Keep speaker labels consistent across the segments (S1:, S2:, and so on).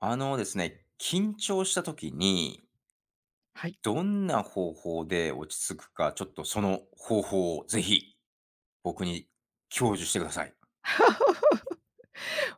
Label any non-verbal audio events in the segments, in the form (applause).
S1: あのですね、緊張した時に、
S2: はい。
S1: どんな方法で落ち着くか、ちょっとその方法をぜひ僕に享受してください。
S2: (laughs)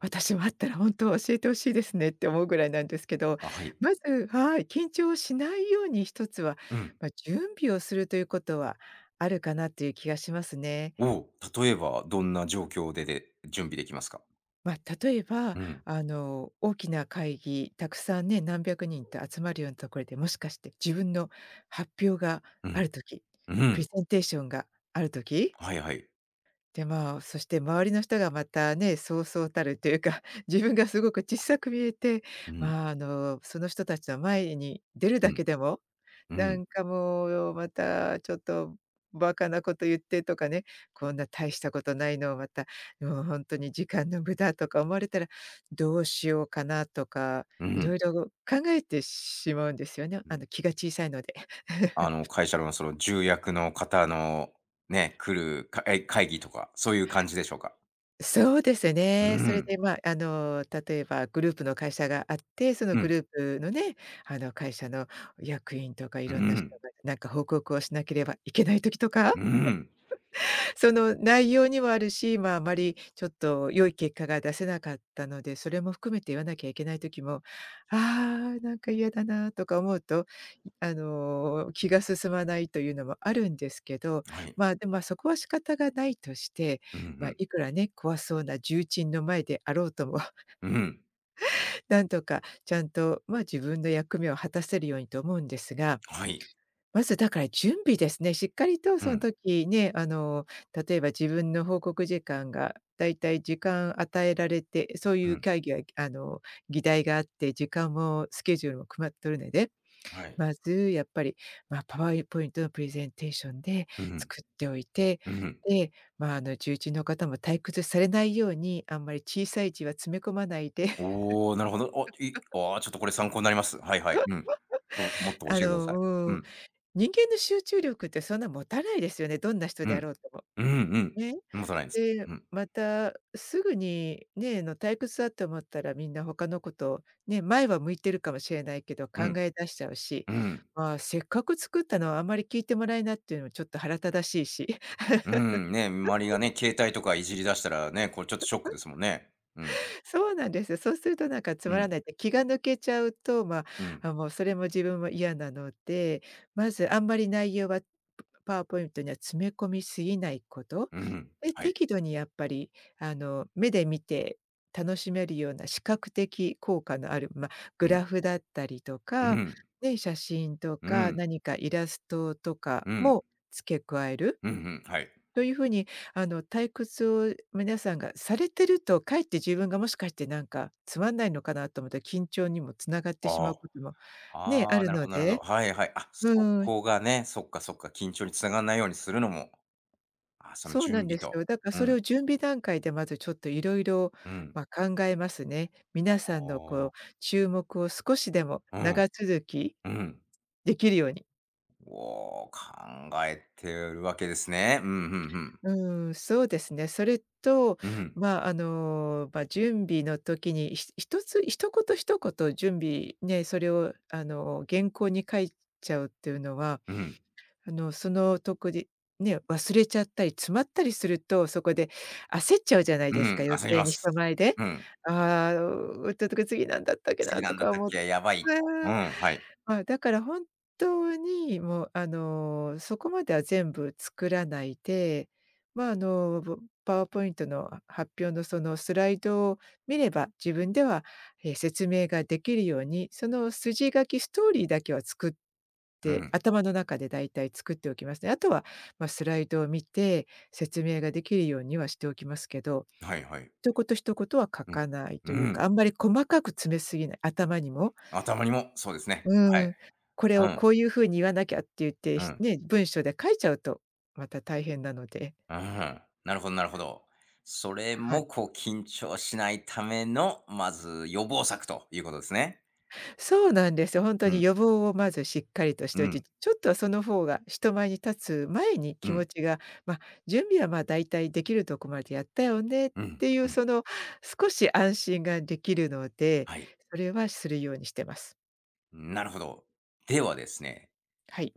S2: 私もあったら本当教えてほしいですねって思うぐらいなんですけど、
S1: あ、はい。
S2: まずはい、緊張しないように一つは、
S1: うん。
S2: 準備をするということはあるかなという気がしますね。
S1: おう、例えばどんな状況で準備できますか？
S2: 例えば、
S1: うん、
S2: 大きな会議、たくさんね、何百人と集まるようなところで、もしかして自分の発表が
S1: う
S2: あ
S1: ん、
S2: る時、
S1: う
S2: プレ
S1: ん。
S2: ゼンテーションがある時
S1: はいはい。
S2: で、そして周りの人がまたね、そうそうたるというか、(laughs) 自分がすごく小さく見えて、
S1: うん、
S2: その人たちの前に出る
S1: う
S2: だ
S1: ん、
S2: けでも、
S1: う
S2: な
S1: ん、
S2: んかもうまたちょっとバカなこと言ってとかね、こんな大したことないのをまた、もう本当に時間の無駄とか思われたら、どうしようかなとか、
S1: う
S2: い
S1: ん、
S2: ろいろ考えてしまうんですよね。
S1: うん。
S2: 気が小さいので。
S1: あ
S2: (laughs)
S1: の、会社のその重役の方のね、来るかえ会議とか、そういう感じでしょうか？
S2: そうです
S1: うん、
S2: ね。
S1: う
S2: それ
S1: ん、
S2: で、例えばグループの会社があって、そのグループのね、会社の役員とかい
S1: う
S2: ろんな人
S1: ん、
S2: がなんか報告をしなければいけない時とか、
S1: うん。
S2: その内容にもあるし、あまりちょっと良い結果が出せなかったので、それも含めて言わなきゃいけない時も、ああ、なんか嫌だなとか思うと、気が進まないというのもあるんですけど、
S1: はい。
S2: でも、そこは仕方がないとして、
S1: うん
S2: いくらね、怖そうな重鎮の前であろうとも、
S1: うん、うん、
S2: (laughs) なんとかちゃんと、自分の役目を果たせるようにと思うんですが、
S1: はい。
S2: まずだから準備ですね。しっかりと
S1: う
S2: その
S1: ん、
S2: 時ね、例えば自分の報告時間がだいたい時間与えられて、そう
S1: う
S2: いう
S1: ん、
S2: 会議は議題があって、時間もスケジュールも決まっとるので、
S1: はい。
S2: まずやっぱり、パワーポイントのプレゼンテーションで
S1: うん、
S2: 作っておいて、
S1: うん。
S2: で、重鎮の方も退屈されないように、あんまり小さい字は詰め込まないで、
S1: おお、なるほど。お、いああ、ちょっとこれ参考になります。はいはい。うん。もっと
S2: (laughs)
S1: 教えてください。う
S2: うん、
S1: ん、
S2: 人間の集中力ってそんな持たないですよね、どんな人
S1: う
S2: であ
S1: ん、
S2: ろうとも。
S1: うん、
S2: ね。
S1: うん。もっとないです。
S2: で、
S1: うん、
S2: またすぐにね、退屈だと思ったらみんな他のこと、ね、前は向いてるかもしれないけど
S1: う
S2: 考
S1: ん、
S2: え出しちゃうし、
S1: うん、
S2: せっかく作ったのをあんまり聞いてもらえないっていうのもちょっと腹立たしいし。
S1: うん。ね、周りがね、携帯とかいじり出したらね、これちょっとショックですもんね。うん、
S2: (laughs) そうなんですよ。そうするとなんかつ
S1: う
S2: まら
S1: ん、
S2: ないって気が抜けちゃうと、
S1: うん、
S2: もうそれも自分も嫌なので、まずあんまり内容はパワーポイントには詰め込みすぎないこと。
S1: うん。
S2: で、
S1: はい。
S2: 適度にやっぱり、目で見て楽しめるような視覚的効果のある、
S1: う
S2: グ
S1: ん、
S2: ラフだったりと
S1: う
S2: か、
S1: ん、
S2: ね、写真と
S1: う
S2: か
S1: ん、
S2: 何かイラストとか
S1: うん、
S2: も付け加える
S1: うん、うん。はい。
S2: という風に、退屈を皆さんがされてると、かえって自分がもしかしてなんかつまんないのかなと思って緊張にもつながってし
S1: あ
S2: ま
S1: あ。
S2: うこともね、あ
S1: ああ、
S2: る
S1: なる
S2: の
S1: ほどなるほど。
S2: で。
S1: はいはい。あ、そ
S2: うん。
S1: こがね、そっかそっか、緊張につながらないようにするのも、あ、その
S2: そう
S1: 準
S2: なん
S1: 備
S2: です
S1: と。
S2: よ。だから
S1: う
S2: それ
S1: ん。
S2: を準備段階でまずちょっといろいろ
S1: うん。
S2: 考えますね。
S1: あ
S2: 皆さんのこ
S1: あ。
S2: う注目を少しでも
S1: うん、
S2: 長続き
S1: うん。
S2: できるように。
S1: おお、考えてるわけですね。うん、ふんふん。
S2: うん、そうですね。それと、
S1: うん、
S2: 準備の時に、一つ一言一言準備ね、それを原稿に書いちゃうっていうのは
S1: うん、
S2: そのとこで、ね、忘れちゃったり詰まったりすると、そこで焦っちゃうじゃない
S1: う
S2: です
S1: ん、
S2: か、余
S1: 焦り
S2: 計
S1: ま
S2: に
S1: す。
S2: 人前で。
S1: うん。
S2: ああ、ちょっと次なんだったっけ
S1: 次
S2: な
S1: な
S2: と
S1: んだっ
S2: か
S1: たっ
S2: 思うて、
S1: け、やばいと。うん、はい。
S2: だから本当にもう、そこまでは全部作らないで、まあ、あの、ぼパワーポイントの発表のそのスライドを見れば、自分では、説明ができるように、その筋書きストーリーだけは作っ
S1: う
S2: て、
S1: ん、
S2: 頭の中でだいたい作っておきますね。あとは、スライドを見て、説明ができるようにはしておきますけど、
S1: はいはい。
S2: 一言一言は書
S1: うん。
S2: かないと
S1: う
S2: いう
S1: ん、
S2: か、あんまり細かく詰めすぎない、頭にも。
S1: 頭にもそうですね。は
S2: う
S1: い。
S2: ん。これ
S1: う
S2: を
S1: ん、
S2: こういう風に言わなきゃって言って、
S1: うん、
S2: ね、文章で書いちゃうと、また大変なので。
S1: うん。なるほどなるほど。それ
S2: はい。
S1: もこう緊張しないための、まず予防策ということですね。
S2: そうなんですよ。ほんと
S1: う
S2: に
S1: ん、
S2: 予防をまずしっかりとし
S1: う
S2: ておいて、
S1: ん、
S2: ちょっとはその方が人前に立つ前に
S1: う
S2: 気
S1: ん、
S2: 持ちが、ま、準備は、大体できるとこまでやったよねっ
S1: うん、
S2: てい
S1: う
S2: う、
S1: ん。
S2: その少し安心ができるので、
S1: はい。
S2: それはするようにしてます。
S1: なるほど。ではですね、
S2: はい。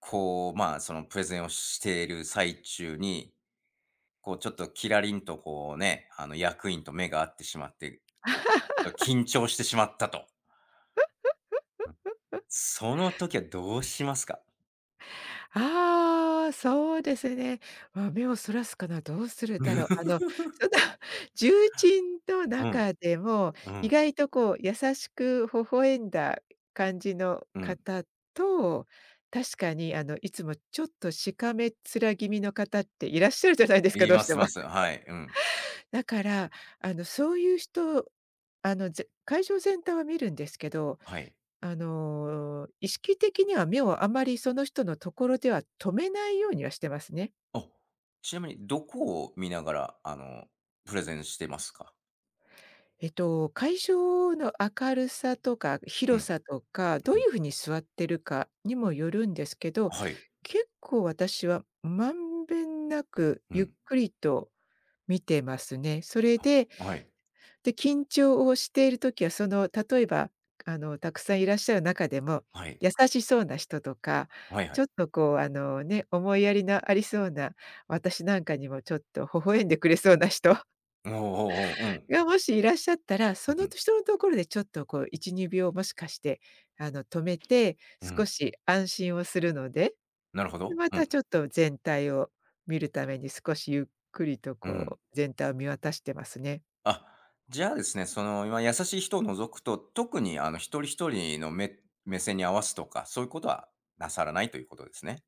S1: こう、まあ、そのプレゼンをしている最中に、こうちょっとキラリンとこうね、あの役員と目が合ってしまって、こう、緊張してしまったと。うん。その時はどうしますか？
S2: ああ、そうですね。目をそらすかな、どうするだろう。その (laughs) 重鎮の
S1: うん、
S2: 中でも、
S1: う
S2: 意
S1: ん、
S2: 外とこう優しく微笑んだ感じの
S1: うん。
S2: 方と、確かにあのいつもちょっとしかめっ面気味の方っていらっしゃるじゃないですか、
S1: 言い
S2: どう
S1: ま
S2: し
S1: す
S2: て
S1: い
S2: も。
S1: ます。はい、うん、
S2: (laughs) だから、あのそういう人、会場全体は見るんですけど、
S1: はい。
S2: 意識的には目をあまりその人のところでは止めないようにはしてますね。
S1: あ、ちなみにどこを見ながら、あの、プレゼンしてますか？
S2: 会場の明るさとか
S1: う
S2: 広
S1: ん、
S2: さとか、ど
S1: う
S2: うい
S1: ん。
S2: うふうに座ってるかにもよるんですけど、
S1: はい、
S2: 結構私はまんべんなく
S1: う
S2: ゆっ
S1: ん。
S2: くりと見てますね。それ
S1: あ、
S2: で、
S1: はい、
S2: 緊張をしている時は、その、例えば、たくさんいらっしゃる中でも、
S1: はい、
S2: 優しそうな人とか、
S1: はいは
S2: ち
S1: い。
S2: ょっとこう、ね、思いやりのありそうな、私なんかにもちょっと微笑んでくれそうな人
S1: おおおーおー、う
S2: (laughs)
S1: ん、
S2: がもしいらっしゃったら、
S1: う
S2: その
S1: ん、
S2: 人のところでちょっとこう1、2秒もしかして、止めて、
S1: う
S2: 少
S1: ん。
S2: し安心をするので、
S1: なるほ
S2: で、
S1: ど。
S2: ま
S1: うん、
S2: たちょっと全体を見るために少しゆっくりと
S1: うん。
S2: こう、全体を見渡してますね。
S1: あ、じゃあですね、その、今優しい人を除くと、特にあの、一人一人の目目線に合わすとか、そういうことはなさらないということですね。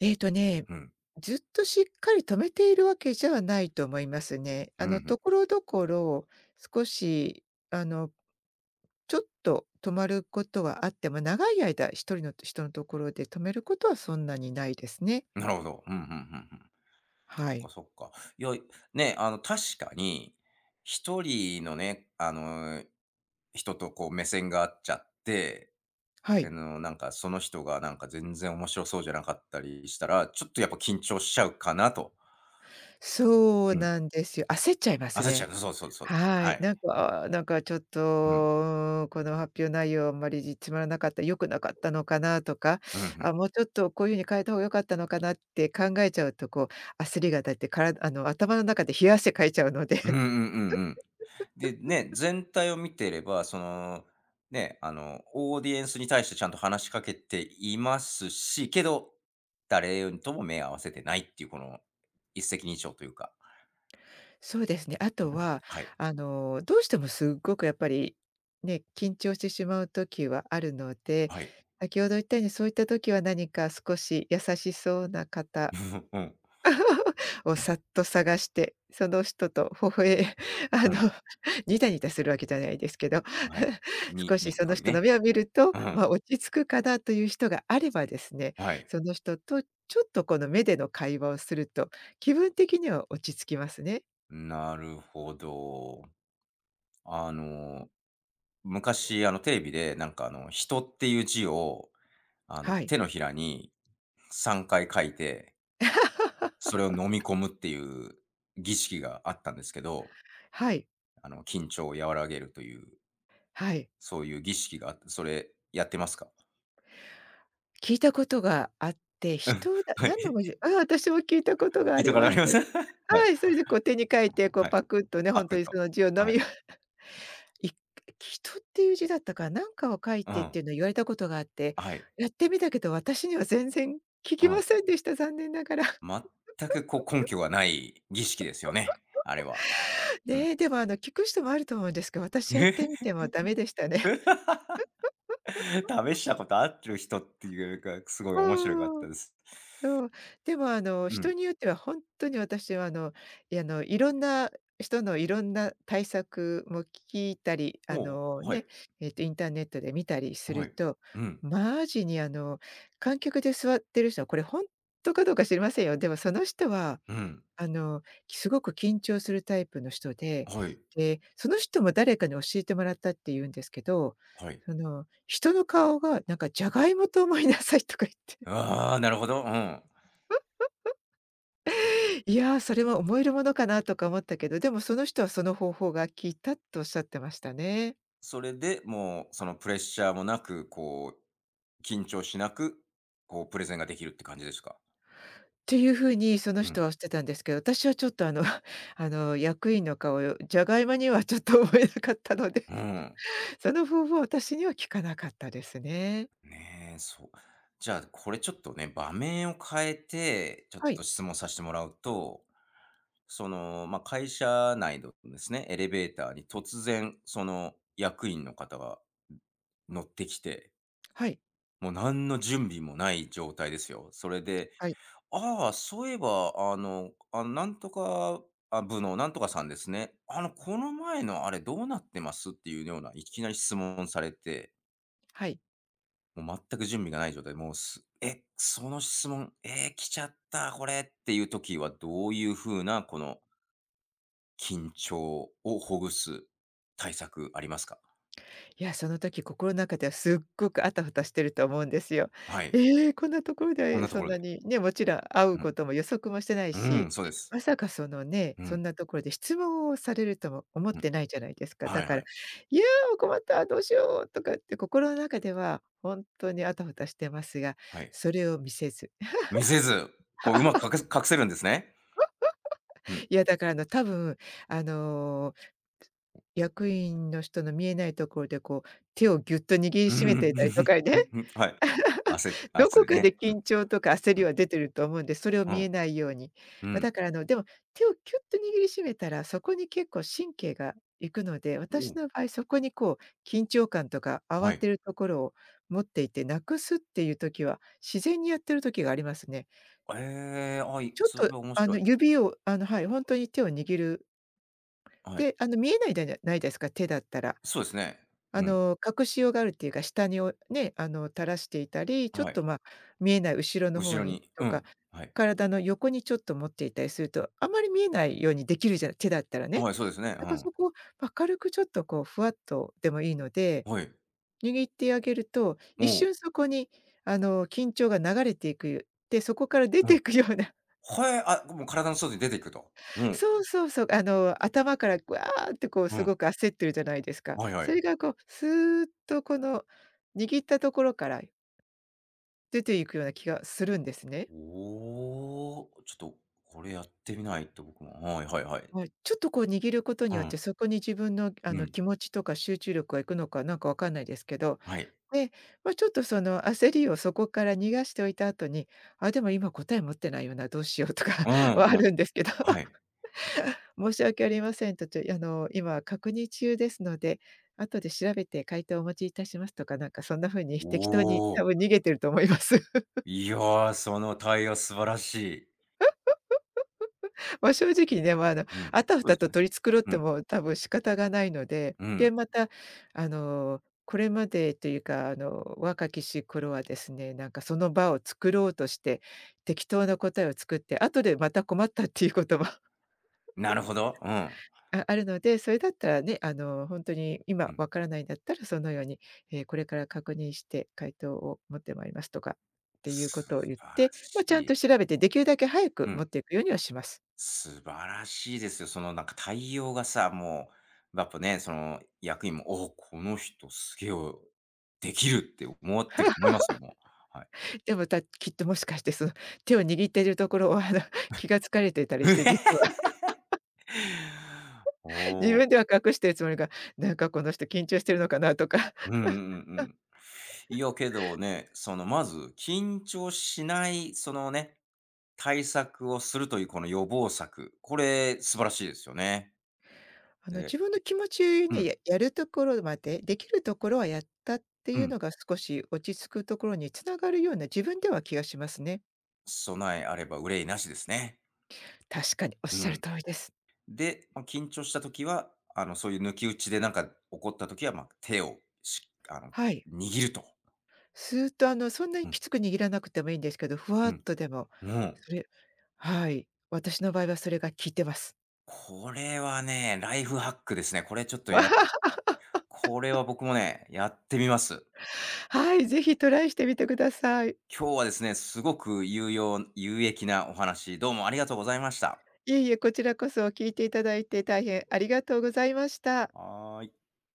S2: ね、
S1: うん。
S2: ずっとしっかり止めているわけじゃないと思いますね。
S1: うん、うん。
S2: ところどころ少し、あの、ちょっと止まることはあっても、長い間一人の人のところで止めることはそんなにないですね。
S1: なるほど。うん、うんうんうん。そ
S2: は
S1: っか
S2: い。
S1: そっか。いや、ね、あの、確かに、一人のね、あの、人とこう目線が合っちゃって、
S2: は
S1: あ
S2: い。
S1: の、なんかその人がなんか全然面白そうじゃなかったりしたら、ちょっとやっぱ緊張しちゃうかなと。
S2: そう
S1: うん。
S2: なんですよ。焦っちゃいます
S1: 焦っちゃ
S2: ね。
S1: う。そうそうそう。
S2: は
S1: は
S2: い、
S1: い。
S2: なんか、なんかちょっ
S1: うん。
S2: と、うん、この発表内容あんまりつまらなかった、良くなかったのかなとか、
S1: うん、ん。
S2: あ、もうちょっとこういうふうに変えた方が良かったのかなって考えちゃうと、こう焦りが立って、から頭の中で冷や汗かいちゃうので、
S1: うんうんうん
S2: (laughs)
S1: うん。で、ね、全体を見ていれば、その、ね、あの、オーディエンスに対してちゃんと話しかけていますし、けど、誰とも目合わせてないっていう、この、一石二鳥というか。
S2: そうですね、あとは、
S1: はい。
S2: どうしてもすっごくやっぱり、ね、緊張してしまう時はあるので、
S1: はい。
S2: 先ほど言ったようにそういった時は何か少し優しそうな方
S1: (laughs) うん。
S2: をさっと探して、その人と微笑 (laughs) あ
S1: うん。
S2: の、ニタニタするわけじゃないですけど、
S1: はい。
S2: (laughs)
S1: に
S2: 少
S1: に
S2: し
S1: っ
S2: その
S1: こり
S2: 人の
S1: ね。
S2: 目を見ると、
S1: うん。
S2: 落ち着くかなという人があればですね、
S1: はい。
S2: その人とちょっとこの目での会話をすると、気分的には落ち着きますね。
S1: なるほど。あの、昔、あの、テレビで、なんか、あの、人っていう字を、あの、
S2: はい。
S1: 手のひらに3回書いてそれを飲み込むっていう儀式があったんですけど、
S2: はい。
S1: あの、緊張を和らげるという、
S2: はい。
S1: そういう儀式があって、それやってますか？
S2: 聞いたことがあって、
S1: (laughs) うん、
S2: 人だ
S1: はい。
S2: 何の文字あ、私も聞いたことが
S1: 聞
S2: あ
S1: いた
S2: り
S1: ことあ
S2: ま
S1: り
S2: す。
S1: ます？(laughs) はい、
S2: はい、それでこう手に書いて、こ
S1: は
S2: う
S1: い。
S2: パクッとね、
S1: あ、
S2: 本当
S1: と
S2: にそ
S1: か
S2: の字を飲
S1: は
S2: み
S1: い。
S2: い人っていう字だったか、なんかを書い
S1: う
S2: てっ
S1: ん。
S2: ていうのを言われたことがあって、
S1: はい。
S2: やってみたけど、私には全然効
S1: う
S2: きま
S1: ん。
S2: せんでした、残念ながら。
S1: 全くこう根拠がない儀式ですよね、あれは。
S2: (laughs)
S1: うん。
S2: ねえ、でも効く人もあると思うんですけど、私やってみて
S1: (laughs)
S2: もダメでしたね。
S1: 試したことあってる人っていうか、すごい
S2: う
S1: 面白かっ
S2: ー
S1: た
S2: ん。
S1: です。
S2: そう、でも、
S1: う
S2: 人
S1: ん。
S2: によっては本当に私は、いろんな人のいろんな対策も聞いたり、
S1: もうはい、
S2: ね、インターネットで見たりす
S1: は
S2: る
S1: い。
S2: と、
S1: うん、
S2: マジに、観客で座ってる人は、これ本当かどうか知りませんよ。でもその人は、
S1: うん、
S2: あの、すごく緊張するタイプの人で、
S1: はい、
S2: で、その人も誰かに教えてもらったって言うんですけど、
S1: はい。
S2: その、人の顔がなんかジャガイモと思いなさいとか言って。
S1: ああ、なるほど。うん。
S2: いやー、それは思えるものかなとか思ったけど、でもその人はその方法が効いたとおっしゃってましたね。
S1: それで、もう、そのプレッシャーもなく、こう、緊張しなく、こう、プレゼンができるって感じですか？
S2: っていうふうにその
S1: う
S2: 人
S1: ん。
S2: はおっしゃってたんですけど、私はちょっとあの (laughs) あの役員の顔、じゃがいもにはちょっと思えなかったので、
S1: うん。
S2: その方法は私には効かなかったですね。
S1: ねえ、そう。じゃあ、これちょっとね、場面を変えて、ちょっ
S2: は
S1: と
S2: い、
S1: 質問させてもらうと、その、まあ、会社内のですね、エレベーターに突然、その、役員の方が、乗ってきて、
S2: はい、
S1: もう何の準備もない状態ですよ。それで
S2: はい、
S1: ああ、そういえば、あの、あの、なんとか、あ、部のなんとかさんですね。あの、この前のあれどうなってます？っていうような、いきなり質問されて、
S2: はい。
S1: もう全く準備がない状態で、もう、すえ、その質問、えー来ちゃった、これっていう時はどういう風な、この緊張をほぐす対策ありますか？
S2: いや、その時心の中ではすっごくあたふたしてると思うんですよ。
S1: はい。
S2: ええ、こんなところ
S1: こん
S2: で
S1: なとこ
S2: そん
S1: ろ
S2: な
S1: で。
S2: に、ね、もちろん会う
S1: うん。
S2: ことも予測もしてない
S1: うん、
S2: し、
S1: そうです。
S2: まさかそのね、
S1: う
S2: そ
S1: ん、
S2: んなところで質問をされるとも思っ
S1: うん。
S2: てないじゃないですか。
S1: は
S2: だ
S1: い
S2: か
S1: は
S2: ら
S1: い。
S2: 「いや、困った、どうしよう」とかって心の中では本当にあたふたしてますが、
S1: はい。
S2: それを見せず。
S1: 見せず、こう、うま
S2: (laughs)
S1: く隠く隠せるんですね。うん。
S2: いや、だから多分、あの、役員の人の見えないところでこう手をぎゅっと握り
S1: う
S2: しめ
S1: ん。
S2: ていたりと
S1: (laughs)
S2: か
S1: う
S2: ね、
S1: ん、はい。汗
S2: どこ
S1: 汗
S2: か
S1: ね。
S2: で
S1: うん
S2: 緊張とか焦りは出てると思うんで、それを見えないように。まあ、だからあの、でも、手をキュッと握りしめたら、そこに結構神経が行くの
S1: はい汗汗ねうんうんう
S2: で、
S1: んう
S2: 私
S1: んお
S2: の場合そこにこう、緊張感とか
S1: は
S2: 慌
S1: い
S2: てるところを持っていて、無くすっていう時は、自然にやってる時がありますね。
S1: えーあ、い
S2: ちょっ
S1: それ
S2: と
S1: は面
S2: あ
S1: 白い。
S2: の、指をあの、はい、ほんとに手を握る。
S1: はい。
S2: で、見えないだじゃないですか、手だったら。
S1: そうですね。うん、
S2: 隠しようがあるっていうか、下におね、垂らしていたり、ちょっ
S1: はい。
S2: と、ま、見えない後ろの
S1: 後
S2: 方
S1: ろ
S2: に
S1: に、う
S2: とか、
S1: ん、はい。
S2: 体の横にちょっと持っていたりすると、あまり見えないようにできるじゃない手だったらね。
S1: はい、そうですね。う
S2: だから
S1: ん。
S2: そこを明るくちょっとこうふわっとでもいいので、
S1: はい。
S2: 握ってあげると、
S1: お
S2: 一
S1: う
S2: 瞬そこに緊張が流れていく、で、そこから出
S1: う
S2: て
S1: ん。
S2: いくような。
S1: はいあ、もう体の外に出ていくと。う
S2: (laughs)
S1: ん、
S2: そうそうそう、頭からわーってこう
S1: う
S2: す
S1: ん。
S2: ごく焦ってるじゃないですか。
S1: はいはい。
S2: それがこう、スーッとこの、握ったところから出ていくような気がするんですね。
S1: おーちょっとこれやってみないと僕も。はいはいはい。
S2: はい。ちょっとこう握ること
S1: う
S2: によって、
S1: ん、
S2: そこに自分のあ
S1: う
S2: の
S1: ん、
S2: 気持ちとか集中力がいくのかなんかわかんないですけど、
S1: はい。
S2: で、まあ、ちょっとその焦りをそこから逃がしておいた後に、あ、でも今答え持ってないよな、どうしようとか
S1: うん、
S2: (laughs) はあ
S1: うん、
S2: るんですけど、
S1: はい。
S2: (laughs) 申し訳ありませんと、ちょあの今確認中ですので、後で調べて回答をお持ちいたしますとか、なんかそんな風に
S1: お
S2: 適当に多
S1: お。
S2: 分逃げてると思います。
S1: いやー、その対応素晴らしい。
S2: まあ、正直ね、まあ、
S1: うん、
S2: あたふ
S1: そうで
S2: た
S1: す
S2: と
S1: ね。
S2: 取り繕っ
S1: う
S2: て
S1: ん、
S2: も多分仕方がないので、
S1: うん、
S2: で、また、これまでというか、若きし頃はですね、なんかその場を作ろうとして、適当な答えを作って、後でまた困ったっていうことも (laughs)、
S1: なるほど。うん、
S2: ああるので、それだったらね、本当に
S1: う
S2: 今
S1: ん。
S2: わからないんだったらそのように、これから確認して回答を持ってまいりますとかっていう
S1: 素
S2: ことを言っ
S1: 晴ら
S2: て、
S1: し
S2: まあ、ちゃん
S1: い。
S2: と調べてできるだけ早く
S1: う
S2: 持
S1: ん、
S2: っていくようにはします。
S1: 素晴らしいですよ。そのなんか対応がさ、もう、やっぱね、その役員も、おこの人すげえおできるって思ってると思いますよ、もう。はい。
S2: でも、たきっともしかして、その、手を握っているところを、(laughs) 気が付かれていたりして、実は
S1: お
S2: (laughs) 自
S1: お、
S2: 分では隠してるつもりが、なんかこの人緊張してるのかなとか、
S1: ううん
S2: (laughs)
S1: うんうん。いやけどね、そのまず緊張しない、そのね、対策をするというこの予防策、これ素晴らしいですよね。で
S2: 自分の気持ち
S1: う
S2: ね、
S1: ん、
S2: ややるところまで、できるところはやったって
S1: う
S2: いう
S1: ん。
S2: のが、少し落ち着くところに繋がるような、自分では気がしますね。
S1: 備えあれば憂いなしですね。
S2: 確かにおっ
S1: う
S2: しゃる
S1: ん。
S2: 通りです。
S1: で、まあ、緊張した時は、あの、そういう抜き打ちでなんか起こった時は、まあ、手をしあの、
S2: はい。
S1: 握ると。
S2: スーッと、そんな
S1: う
S2: に
S1: ん、
S2: きつく握らなくてもいいんですけど、ふ
S1: う
S2: わっ
S1: ん、
S2: とでも、
S1: うん。
S2: それはい、私の場合はそれが効いてます。
S1: これはね、ライフハックですね。これちょっとやこれは僕もね、やってみます。
S2: (laughs) はい、ぜひトライしてみてください。
S1: 今日はですね、すごく有用有益なお話、どうもありがとうございました。
S2: いえいえ、こちらこそ聞いていただいて大変ありがとうございました。
S1: はーい。